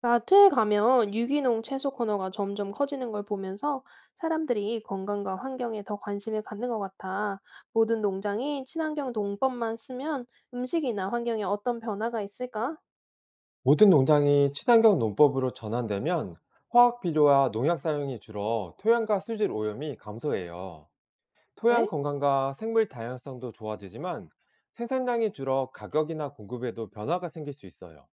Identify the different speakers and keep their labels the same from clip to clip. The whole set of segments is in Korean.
Speaker 1: 마트에 가면 유기농 채소 코너가 점점 커지는 걸 보면서 사람들이 건강과 환경에 더 관심을 갖는 것 같아. 모든 농장이 친환경 농법만 쓰면 음식이나 환경에 어떤 변화가 있을까?
Speaker 2: 모든 농장이 친환경 농법으로 전환되면 화학 비료와 농약 사용이 줄어 토양과 수질 오염이 감소해요. 토양
Speaker 1: 에?
Speaker 2: 건강과 생물 다양성도 좋아지지만 생산량이 줄어 가격이나 공급에도 변화가 생길 수 있어요.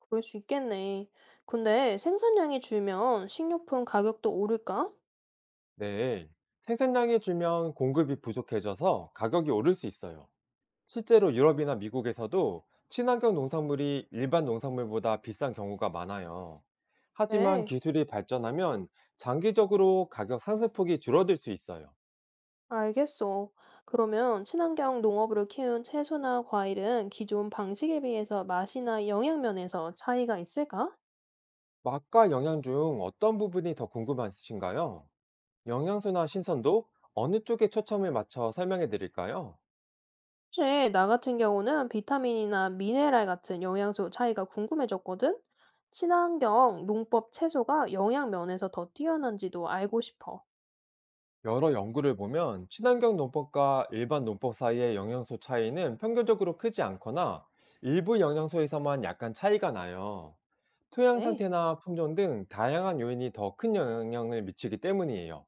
Speaker 1: 그럴 수 있겠네. 근데 생산량이 줄면 식료품 가격도 오를까?
Speaker 2: 네. 생산량이 줄면 공급이 부족해져서 가격이 오를 수 있어요. 실제로 유럽이나 미국에서도 친환경 농산물이 일반 농산물보다 비싼 경우가 많아요. 하지만
Speaker 1: 네,
Speaker 2: 기술이 발전하면 장기적으로 가격 상승폭이 줄어들 수 있어요.
Speaker 1: 알겠어. 그러면 친환경 농업으로 키운 채소나 과일은 기존 방식에 비해서 맛이나 영양 면에서 차이가 있을까?
Speaker 2: 맛과 영양 중 어떤 부분이 더 궁금하신가요? 영양소나 신선도 어느 쪽에 초점을 맞춰 설명해 드릴까요?
Speaker 1: 사실 나 같은 경우는 비타민이나 미네랄 같은 영양소 차이가 궁금해졌거든? 친환경 농법 채소가 영양 면에서 더 뛰어난지도 알고 싶어.
Speaker 2: 여러 연구를 보면 친환경 농법과 일반 농법 사이의 영양소 차이는 평균적으로 크지 않거나 일부 영양소에서만 약간 차이가 나요. 토양
Speaker 1: 네,
Speaker 2: 상태나 품종 등 다양한 요인이 더 큰 영향을 미치기 때문이에요.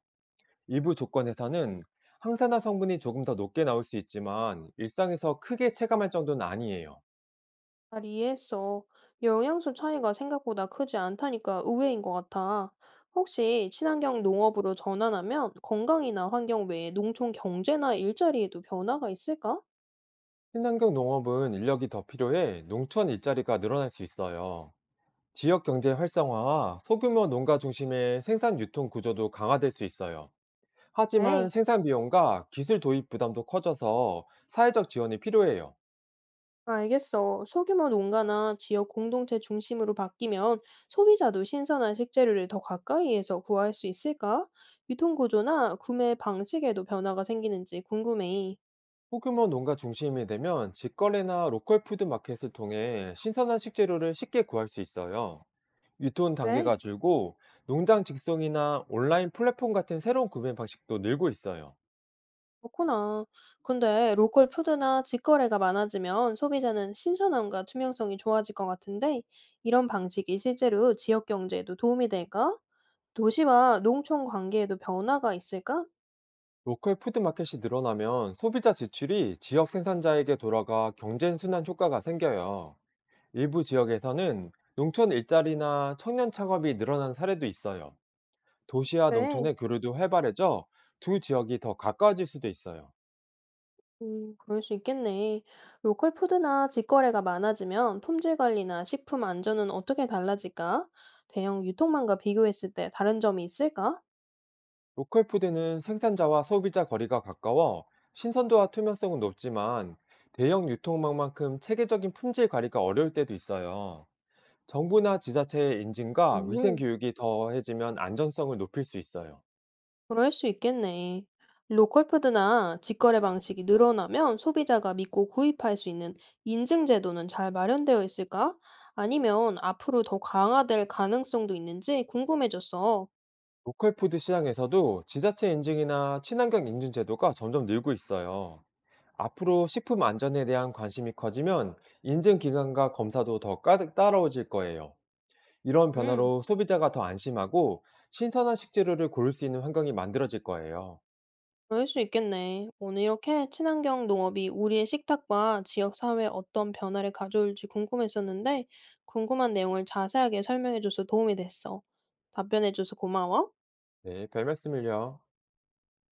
Speaker 2: 일부 조건에서는 항산화 성분이 조금 더 높게 나올 수 있지만 일상에서 크게 체감할 정도는 아니에요.
Speaker 1: 잘 이해했어. 영양소 차이가 생각보다 크지 않다니까 의외인 것 같아. 혹시 친환경 농업으로 전환하면 건강이나 환경 외에 농촌 경제나 일자리에도 변화가 있을까?
Speaker 2: 친환경 농업은 인력이 더 필요해 농촌 일자리가 늘어날 수 있어요. 지역 경제 활성화와 소규모 농가 중심의 생산 유통 구조도 강화될 수 있어요.
Speaker 1: 네.
Speaker 2: 하지만 생산 비용과 기술 도입 부담도 커져서 사회적 지원이 필요해요.
Speaker 1: 알겠어. 소규모 농가나 지역 공동체 중심으로 바뀌면 소비자도 신선한 식재료를 더 가까이에서 구할 수 있을까? 유통 구조나 구매 방식에도 변화가 생기는지 궁금해.
Speaker 2: 소규모 농가 중심이 되면 직거래나 로컬 푸드 마켓을 통해 신선한 식재료를 쉽게 구할 수 있어요. 유통
Speaker 1: 네,
Speaker 2: 단계가 줄고 농장 직송이나 온라인 플랫폼 같은 새로운 구매 방식도 늘고 있어요.
Speaker 1: 그렇구나. 근데 로컬 푸드나 직거래가 많아지면 소비자는 신선함과 투명성이 좋아질 것 같은데 이런 방식이 실제로 지역 경제에도 도움이 될까? 도시와 농촌 관계에도 변화가 있을까?
Speaker 2: 로컬 푸드 마켓이 늘어나면 소비자 지출이 지역 생산자에게 돌아가 경쟁 순환 효과가 생겨요. 일부 지역에서는 농촌 일자리나 청년 창업이 늘어난 사례도 있어요. 도시와
Speaker 1: 그래.
Speaker 2: 농촌의 교류도 활발해져 두 지역이 더 가까워질 수도 있어요.
Speaker 1: 그럴 수 있겠네. 로컬 푸드나 직거래가 많아지면 품질 관리나 식품 안전은 어떻게 달라질까? 대형 유통망과 비교했을 때 다른 점이 있을까?
Speaker 2: 로컬 푸드는 생산자와 소비자 거리가 가까워 신선도와 투명성은 높지만 대형 유통망만큼 체계적인 품질 관리가 어려울 때도 있어요. 정부나 지자체의 인증과 위생
Speaker 1: 음,
Speaker 2: 교육이 더해지면 안전성을 높일 수 있어요.
Speaker 1: 그럴 수 있겠네. 로컬 푸드나 직거래 방식이 늘어나면 소비자가 믿고 구입할 수 있는 인증 제도는 잘 마련되어 있을까? 아니면 앞으로 더 강화될 가능성도 있는지 궁금해졌어.
Speaker 2: 로컬 푸드 시장에서도 지자체 인증이나 친환경 인증 제도가 점점 늘고 있어요. 앞으로 식품 안전에 대한 관심이 커지면 인증 기관과 검사도 더 까득 따라오질 거예요. 이런
Speaker 1: 음.
Speaker 2: 변화로 소비자가 더 안심하고 신선한 식재료를 고를 수 있는 환경이 만들어질 거예요.
Speaker 1: 그럴 수 있겠네. 오늘 이렇게 친환경 농업이 우리의 식탁과 지역 사회에 어떤 변화를 가져올지 궁금했었는데, 궁금한 내용을 자세하게 설명해줘서 도움이 됐어. 답변해줘서 고마워.
Speaker 2: 네, 별 말씀을요.